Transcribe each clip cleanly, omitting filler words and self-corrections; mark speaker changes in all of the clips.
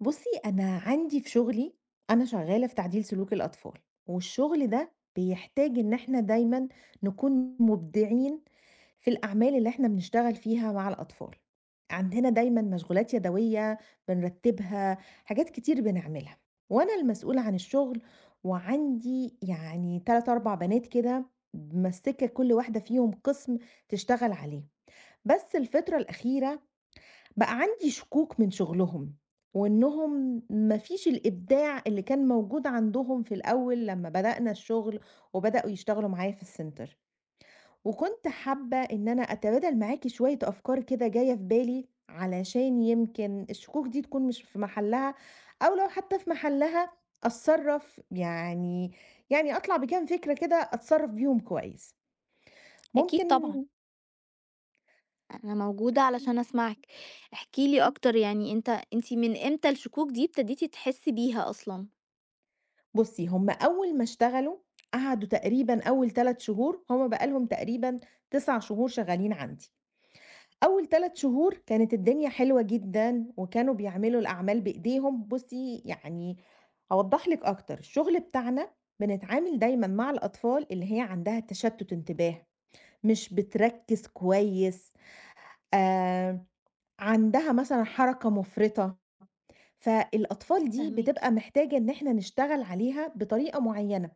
Speaker 1: بُصّي، أنا عندي في شغلي. أنا شغّالة في تعديل سلوك الأطفال، والشغل ده بيحتاج إن إحنا دايمًا نكون مبدعين في الأعمال اللي إحنا بنشتغل فيها مع الأطفال. عندنا دايمًا مشغولات يدوية بنرتّبها، حاجات كتير بنعملها، وأنا المسؤولة عن الشغل وعندي يعني 3، 4 بنات كده ممسّكة كل واحدة فيهم قسم تشتغل عليه. بس الفترة الأخيرة بقى عندي شكوك من شغلهم وإنهم ما فيش الإبداع اللي كان موجود عندهم في الأول لما بدأنا الشغل وبدأوا يشتغلوا معايا في السنتر، وكنت حابة إن أنا أتبادل معاكي شوية أفكار كده جاية في بالي علشان يمكن الشكوك دي تكون مش في محلها، أو لو حتى في محلها أتصرف يعني أطلع بكام فكرة كده أتصرف بيهم كويس. ممكن.
Speaker 2: أكيد طبعًا، أنا موجودة علشان أسمعِك، احكِ لي أكتر يعني أنتِ من إمتى الشكوك دي ابتديتِ تحسّي بيها أصلًا؟
Speaker 1: بُصّي، هم أول ما اشتغلوا قعدوا تقريبًا أول 3 شهور. هم بقى لهم تقريبًا 9 شهور شغالين عندي. أول 3 شهور كانت الدنيا حلوة جدًا، وكانوا بيعملوا الأعمال بإيديهم. بُصّي، يعني هاوضّح لِك أكتر، الشغل بتاعنا بنتعامل دايمًا مع الأطفال اللي هي عندها تشتُّت انتباه، مش بتركِّز كويس، آآ، عندها مثلًا حركة مُفرطة، فالأطفال دي
Speaker 2: فاهماكِ.
Speaker 1: بتبقى محتاجة إن إحنا نشتغل عليها بطريقة معيّنة.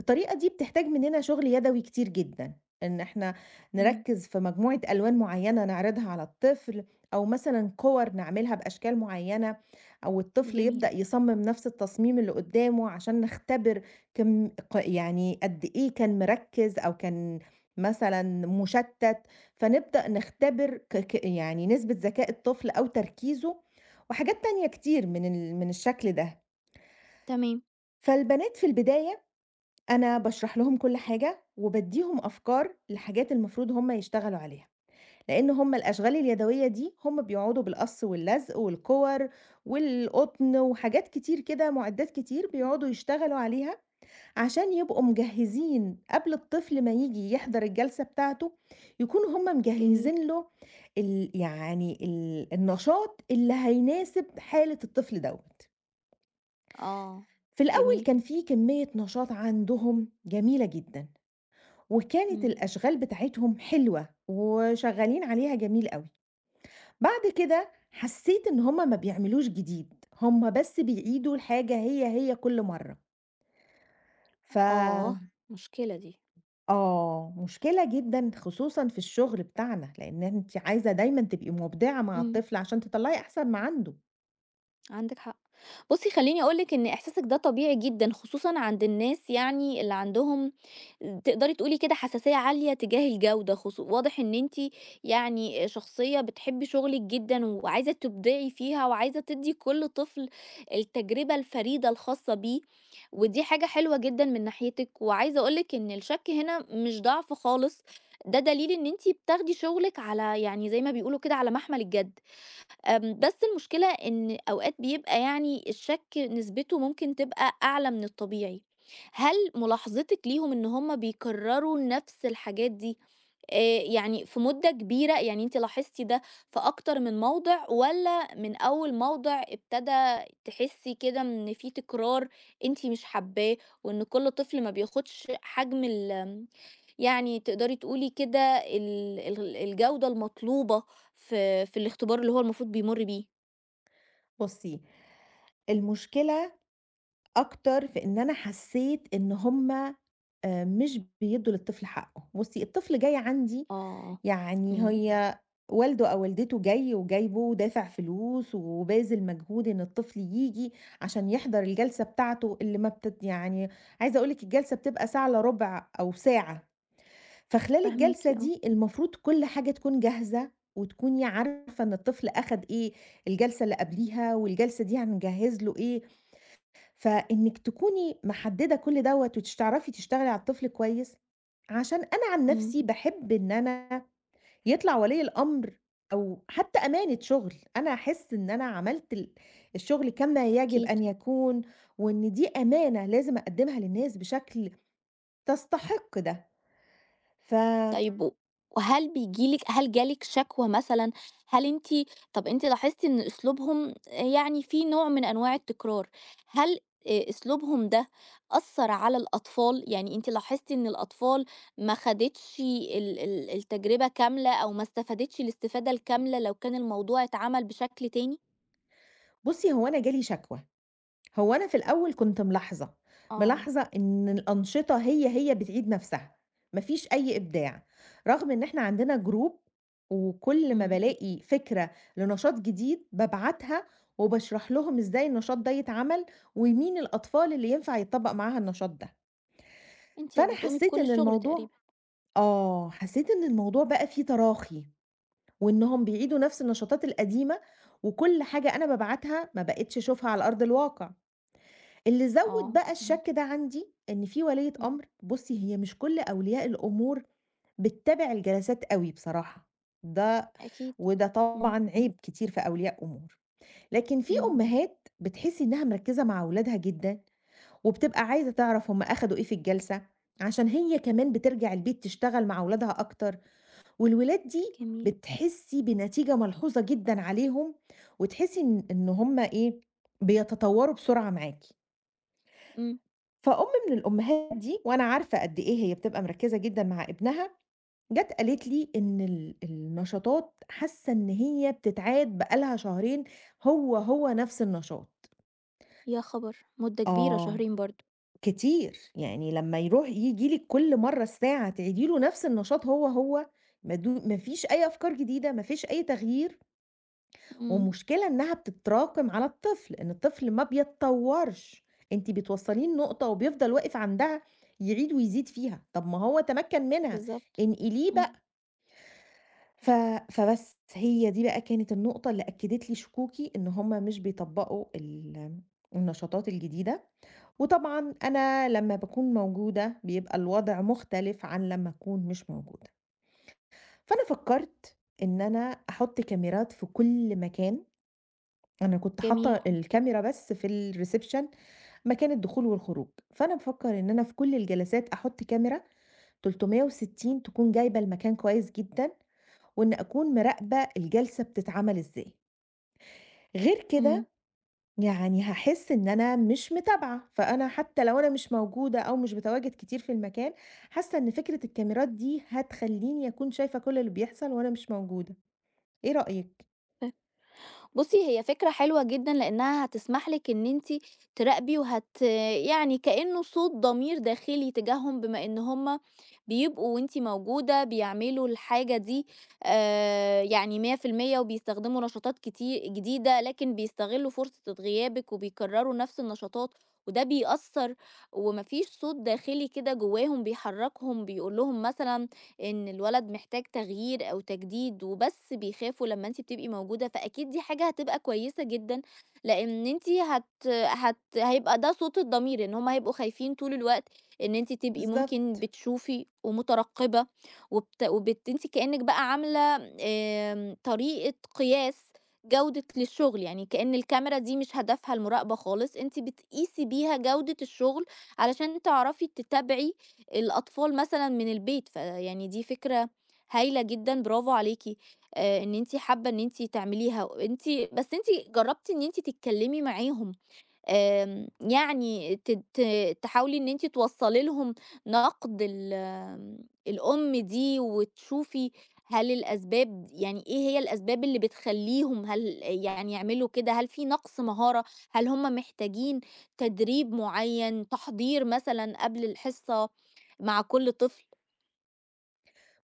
Speaker 1: الطريقة دي بتحتاج مننا شغل يدوي كتير جدًا، إن إحنا
Speaker 2: إمم.
Speaker 1: نركّز في مجموعة ألوان معيّنة نعرضها على الطفل، أو مثلًا كور نعملها بأشكال معيّنة، أو الطفل
Speaker 2: جميل.
Speaker 1: يبدأ يصمم نفس التصميم اللي قدّامه عشان نختبر كم ق يعني قد إيه كان مركّز أو كان مثلًا مشتت، فنبدأ
Speaker 2: إمم.
Speaker 1: نختبر ك ك يعني نسبة ذكاء الطفل أو تركيزه، وحاجات تانية كتير من الشكل ده.
Speaker 2: تمام.
Speaker 1: فالبنات في البداية أنا باشرح لهم كل حاجة، وبادّيهم أفكار لحاجات المفروض هُم يشتغلوا عليها، لإن هُم الأشغال اليدوية دي هُم بيقعدوا بالقص واللزق والكوَر والقطن وحاجات كتير كده، مُعدات كتير
Speaker 2: إمم.
Speaker 1: بيقعدوا يشتغلوا عليها عشان يبقوا مجهّزين قبل الطفل ما ييجي يحضر الجلسة بتاعته، يكونوا هُم
Speaker 2: جميل.
Speaker 1: مجهّزين له ال النشاط اللي هيناسب حالة الطفل دوّة.
Speaker 2: آه.
Speaker 1: في الأول
Speaker 2: جميل.
Speaker 1: كان في كمية نشاط عندهم جميلة جدًا. وكانت
Speaker 2: إمم.
Speaker 1: الأشغال بتاعتهم حلوة، وشغّالين عليها جميل أوي. بعد كده حسّيت إن هُم ما بيعملوش جديد، هُم بس بيعيدوا الحاجة هي، هي كل مرّة. ف
Speaker 2: آه. مشكلة دي.
Speaker 1: آه، مشكلة جدًا خصوصًا في الشغل بتاعنا، لإن أنتِ عايزة دايمًا تبقي مُبدعة مع
Speaker 2: إمم.
Speaker 1: الطفل عشان تطلّعي أحسن ما عنده.
Speaker 2: عندِك حق. بُصّي، خلّيني أقول لِك إن إحساسِك ده طبيعي جدًا، خصوصًا عند الناس يعني اللي عندهم تقدري تقولي كده حساسية عالية تجاه الجودة، واضح إن أنتِ يعني شخصية بتحبي شغلِك جدًا وعايزة تبدعي فيها وعايزة تدّي كل طفل التجربة الفريدة الخاصة بيه، ودي حاجة حلوة جدًا من ناحيتِك. وعايزة أقول لِك إن الشَك هنا مش ضعف خالص، ده دليل إن أنتِ بتاخدي شغلِك على يعني زي ما بيقولوا كده على محمل الجد. بس المشكلة إن أوقات بيبقى يعني الشك نسبته ممكن تبقى أعلى من الطبيعي. هل ملاحظتِك ليهم إن هُم بيكرروا نفس الحاجات دي، يعني في مدة كبيرة، يعني أنتِ لاحظتِ ده في أكتر من موضِع والّا من أول موضِع ابتدى تحسّي كده إن في تكرار أنتِ مش حابّاه، وإن كل طفل ما بياخُدش حجم ال آمم، يعني تقدري تقولي كده ال ال الجودة المطلوبة في الاختبار اللي هو المفروض بيمُر بيه؟
Speaker 1: بُصّي، المشكلة أكتر في إن أنا حسّيت إن هُم مش بيدّوا للطفل حقّه. بُصّي، الطفل جاي عندي
Speaker 2: آه.
Speaker 1: يعني
Speaker 2: إمم.
Speaker 1: هي والده أو والدته جاي وجايبه ودافع فلوس وباذل مجهود إن الطفل ييجي عشان يحضر الجلسة بتاعته اللي ما بتت يعني عايزة أقول لِك الجلسة بتبقى ساعة إلا ربع أو ساعة، فخلال
Speaker 2: فاهماكِ
Speaker 1: الجلسة
Speaker 2: آه.
Speaker 1: دي المفروض كل حاجة تكون جاهزة وتكوني عارفة إن الطفل أخد إيه، الجلسة اللي قبليها والجلسة دي هنجهّز له إيه، فإنِّك تكوني محددة كل دوّة وتش تعرفي تشتغلي على الطفل كويس، عشان أنا عن
Speaker 2: إمم.
Speaker 1: نفسي باحب إن أنا يطلع ولي الأمر أو حتى أمانة شغل، أنا أحس إن أنا عملت الشغل كما يجب
Speaker 2: أكيد.
Speaker 1: أن يكون، وإن دي أمانة لازم أقدّمها للناس بشكل تستحق ده. فبُصّي،
Speaker 2: طيب وهل بييجي لِك هل جالِك شكوى مثلًا؟ هل أنتِ طب أنتِ لاحظتِ إن أسلوبهم يعني في نوع من أنواع التكرار، هل أسلوبهم ده أثّر على الأطفال؟ يعني أنتِ لاحظتِ إن الأطفال ما خدتش ال التجربة كاملة أو ما استفادتش الاستفادة الكاملة لو كان الموضوع اتعمل بشكل تاني؟
Speaker 1: هو أنا جالي شكوى؟ هو أنا في الأول كنت ملاحظة،
Speaker 2: آه.
Speaker 1: ملاحظة إن الأنشطة هي، هي بتعيد نفسها، ما فيش أي إبداع، رغم إن إحنا عندنا جروب وكل ما
Speaker 2: إمم.
Speaker 1: بالاقي فكرة لنشاط جديد بابعتها وباشرح لهم إزاي النشاط ده يتعمل، ومين الأطفال اللي ينفع يتطبّق معاها النشاط ده،
Speaker 2: أنتِ
Speaker 1: فأنا
Speaker 2: بتقومي
Speaker 1: حسيت
Speaker 2: بكل
Speaker 1: إن
Speaker 2: الشغل
Speaker 1: الموضوع
Speaker 2: تقريبًا.
Speaker 1: آه، حسيت إن الموضوع بقى فيه تراخي، وإنهم بيعيدوا نفس النشاطات القديمة، وكل حاجة أنا بابعتها ما بقيتش أشوفها على أرض الواقع. اللي زوّد
Speaker 2: آه،
Speaker 1: بقى الشَك
Speaker 2: فهمتِك.
Speaker 1: ده عندي، إن في ولية
Speaker 2: إمم.
Speaker 1: أمر. بُصّي، هي مش كل أولياء الأمور بتتابع الجلسات أوي بصراحة، ده
Speaker 2: أكيد.
Speaker 1: وده
Speaker 2: إمم.
Speaker 1: طبعًا عيب كتير في أولياء أمور، لكن في
Speaker 2: إمم.
Speaker 1: أمهات بتحسّي إنها مركّزة مع أولادها جدًا، وبتبقى عايزة تعرف هم أخدوا إيه في الجلسة، عشان هي كمان بترجع البيت تشتغل مع أولادها أكتر، والولاد دي
Speaker 2: جميل.
Speaker 1: بتحسّي بنتيجة ملحوظة جدًا عليهم، وتحسّي إن هم إيه، بيتطوّروا بسرعة معاكِ.
Speaker 2: إمم.
Speaker 1: فأم من الأمهات دي وأنا عارفة قد إيه هي بتبقى مركزة جدًا مع ابنها، جات قالت لي إن النشاطات حاسة إن هي بتتعاد بقى لها شهرين هو، هو نفس النشاط.
Speaker 2: يا خبر! مدة كبيرة،
Speaker 1: آه،
Speaker 2: شهرين برضه.
Speaker 1: كتير، يعني لمّا يروح ييجي لِك كل مرّة ساعة تعيدي له نفس النشاط هو، هو، ما فيش أي أفكار جديدة، ما فيش أي تغيير.
Speaker 2: إمم.
Speaker 1: والمشكلة إنها بتتراكم على الطفل، إن الطفل ما بيتطورش، أنتِ بتوصّليه لنقطة وبيفضل واقف عندها يعيد ويزيد فيها، طب ما هو تمكّن منها،
Speaker 2: بالضبط.
Speaker 1: انقليه بقى.
Speaker 2: إمم.
Speaker 1: ف فبس هي دي بقى كانت النقطة اللي أكّدت لي شكوكي إن هُم مش بيطبّقوا النشاطات الجديدة، وطبعًا أنا لمّا باكون موجودة بيبقى الوضع مختلف عن لمّا أكون مش موجودة، فأنا فكّرت إن أنا أحُط كاميرات في كل مكان. أنا كنت
Speaker 2: جميل.
Speaker 1: حاطة الكاميرا بس في الreception، مكان الدخول والخروج، فأنا بافكر إن أنا في كل الجلسات أحط كاميرا 360 تكون جايبة المكان كويس جدًا، وإن أكون مراقبة الجلسة بتتعمل إزاي، غير
Speaker 2: إمم.
Speaker 1: كده يعني هاحس إن أنا مش متابعة، فأنا حتى لو أنا مش موجودة أو مش باتواجد كتير في المكان، حاسة إن فكرة الكاميرات دي هتخلّيني أكون شايفة كل اللي بيحصل وأنا مش موجودة، إيه رأيِك؟
Speaker 2: بُصّي، هي فكرة حلوة جدًا لإنها هتسمح لِك إن أنتِ تراقبي وهت يعني كإنه صوت ضمير داخلي تجاههم بما إن هم بيبقوا وأنتِ موجودة بيعملوا الحاجة دي يعني 100% وبيستخدموا نشاطات جديدة، لكن بيستغلوا فرصة غيابِك وبيكرروا نفس النشاطات، وده بيأثّر وما فيش صوت داخلي كده جواهم بيحركهم بيقول لهم مثلًا إن الولد محتاج تغيير أو تجديد وبس بيخافوا لما أنتِ بتبقي موجودة، فأكيد دي حاجة هتبقى كويسة جدًا، لإن أنتِ هت هت هيبقى ده صوت الضمير، إن هُم هيبقوا خايفين طول الوقت إن أنتِ تبقي
Speaker 1: بالضبط.
Speaker 2: ممكن بتشوفي ومترقبة وبت وبت أنتِ كأنِك بقى عاملة طريقة قياس جودة للشغل، يعني كأن الكاميرا دي مش هدفها المراقبة خالص، أنتِ بتقيسي بيها جودة الشغل علشان تعرفي تتابعي الأطفال مثلًا من البيت، فيعني دي فكرة هايلة جدًا برافو عليكِ، إن أنتِ حابة إن أنتِ تعمليها، وأنتِ بس أنتِ جرّبتِ إن أنتِ تتكلمي معاهم يعني ت ت تحاولي إن أنتِ توصّلي لهم نقد ال آم، الأم دي وتشوفي هل الأسباب يعني إيه هي الأسباب اللي بتخلّيهم هل يعني يعملوا كده، هل في نقص مهارة، هل هم محتاجين تدريب معيّن، تحضير مثلًا قبل الحصة مع كل طفل؟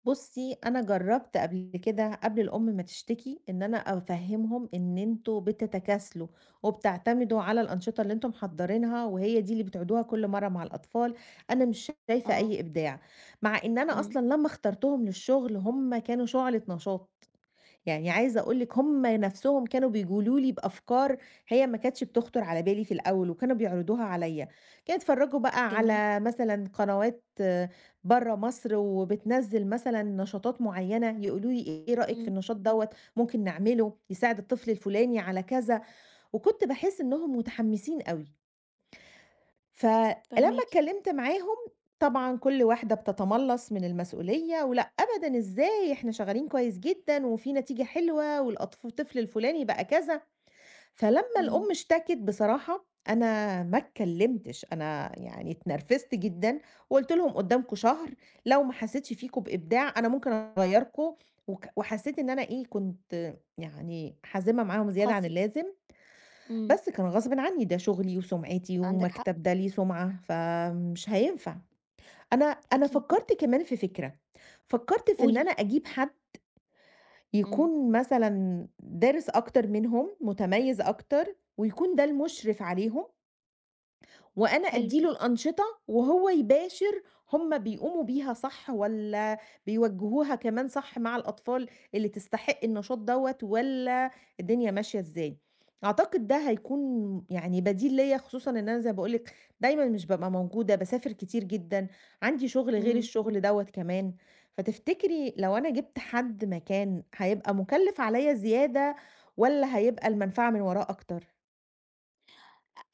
Speaker 1: بُصّي، أنا جرّبت قبل كده قبل الأم ما تشتكي، إن أنا أفهّمهم إن أنتم بتتكاسلوا وبتعتمدوا على الأنشطة اللي أنتم محضّرينها وهي دي اللي بتعيدوها كل مرّة مع الأطفال، أنا مش شايفة
Speaker 2: آه.
Speaker 1: أي إبداع، مع إن أنا
Speaker 2: إمم.
Speaker 1: أصلًا لمّا اخترتهم للشغل هم كانوا شُعلة نشاط. يعني عايزة أقول لِك هُم نَفْسهم كانوا بيقولوا لي بأفكار هي ما كانتش بتخطر على بالي في الأول وكانوا بيعرضوها عليّا، كانوا يتفرّجوا بقى
Speaker 2: جميل.
Speaker 1: على مثلًا قنوات برّه مصر وبتنزّل مثلًا نشاطات معيّنة، يقولوا لي إيه رأيك في
Speaker 2: إمم.
Speaker 1: النشاط دوّة، ممكن نعمله، يساعد الطفل الفلاني على كذا، وكنت باحس إنّهم متحمّسين أوي. فلمّا
Speaker 2: فاهماكِ.
Speaker 1: اتكلمت معاهم طبعًا كل واحدة بتتملّص من المسؤولية، ولأ أبدًا إزاي إحنا شغالين كويس جدًا وفي نتيجة حلوة والأطف الطفل الفلاني بقى كذا، فلمّا
Speaker 2: إمم.
Speaker 1: الأم اشتكت بصراحة أنا ما اتكلمتش، أنا يعني اتنرفزت جدًا وقُلت لهم قدّامكم شهر لو ما حسيتش فيكم بإبداع أنا ممكن أغيّركم، وك وحسيت إن أنا إيه كنت يعني حازمة معاهم زيادة عن
Speaker 2: قاسية.
Speaker 1: اللازم،
Speaker 2: إمم.
Speaker 1: بس كان غصبٍ عني، ده شغلي وسُمعتي
Speaker 2: عندك حق.
Speaker 1: ومكتب ده ليه سُمعة، فمش هينفع. أنا أنا
Speaker 2: أكيد.
Speaker 1: فكّرت كمان في فكرة، فكّرت في إن
Speaker 2: قولي.
Speaker 1: أنا أجيب حد
Speaker 2: إمم.
Speaker 1: يكون مثلًا دارس أكتر منهم، متميّز أكتر، ويكون ده المُشرف عليهم وأنا
Speaker 2: حلو.
Speaker 1: أدّي له الأنشطة وهو يباشر هم بيقوموا بيها صح والّا بيوجّهوها كمان صح مع الأطفال اللي تستحق النشاط دوّة والّا الدنيا ماشية إزاي. أعتقد ده هيكون يعني بديل ليّا خصوصًا إن أنا زي ما باقول لِك دايمًا مش بابقى موجودة، باسافر كتير جدًا، عندي شغل غير
Speaker 2: إمم.
Speaker 1: الشغل دوّة كمان، فتفتكري لو أنا جِبت حد مكان هيبقى مُكلِّف عليّا زيادة والّا هيبقى المنفعة من وراه أكتر؟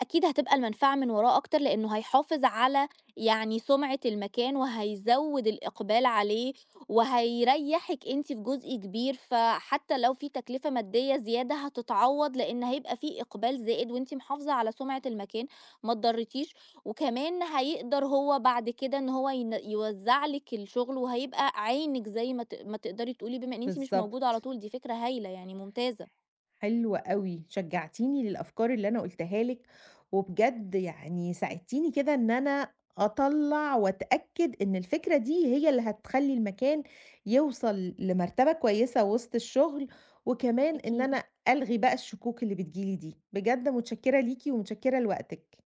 Speaker 2: أكيد هتبقى المنفعة من وراه أكتر لأنه هيحافظ على يعني سمعة المكان وهيزود الإقبال عليه وهيريحِك أنتِ في جزء كبير، فحتى لو في تكلفة مادية زيادة هتتعوّض لإن هيبقى في إقبال زائد وأنتِ محافظة على سمعة المكان ما اتضرّيتيش، وكمان هيقدر هو بعد كده إن هو يوزّع لِك الشغل وهيبقى عينِك زي ما ما تقدري تقولي بما إن أنتِ مش موجودة على
Speaker 1: بالضبط.
Speaker 2: طول، دي فكرة هايلة يعني ممتازة.
Speaker 1: حلو أوي، شجعتيني للأفكار اللي أنا قُلتها لِك، وبجد يعني ساعدتيني كده إن أنا أطلّع وأتأكد إن الفكرة دي هي اللي هتخلّي المكان يوصل لمرتبة كويسة وسط الشغل، وكمان إن
Speaker 2: أكيد.
Speaker 1: أنا ألغي بقى الشكوك اللي بتيجي لي دي، بجد متشكرة ليكِ ومتشكرة لوقتِك.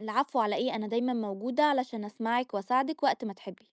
Speaker 2: العفو على إيه أنا دايما موجودة علشان أسمعك وأساعدك وقت ما تحبي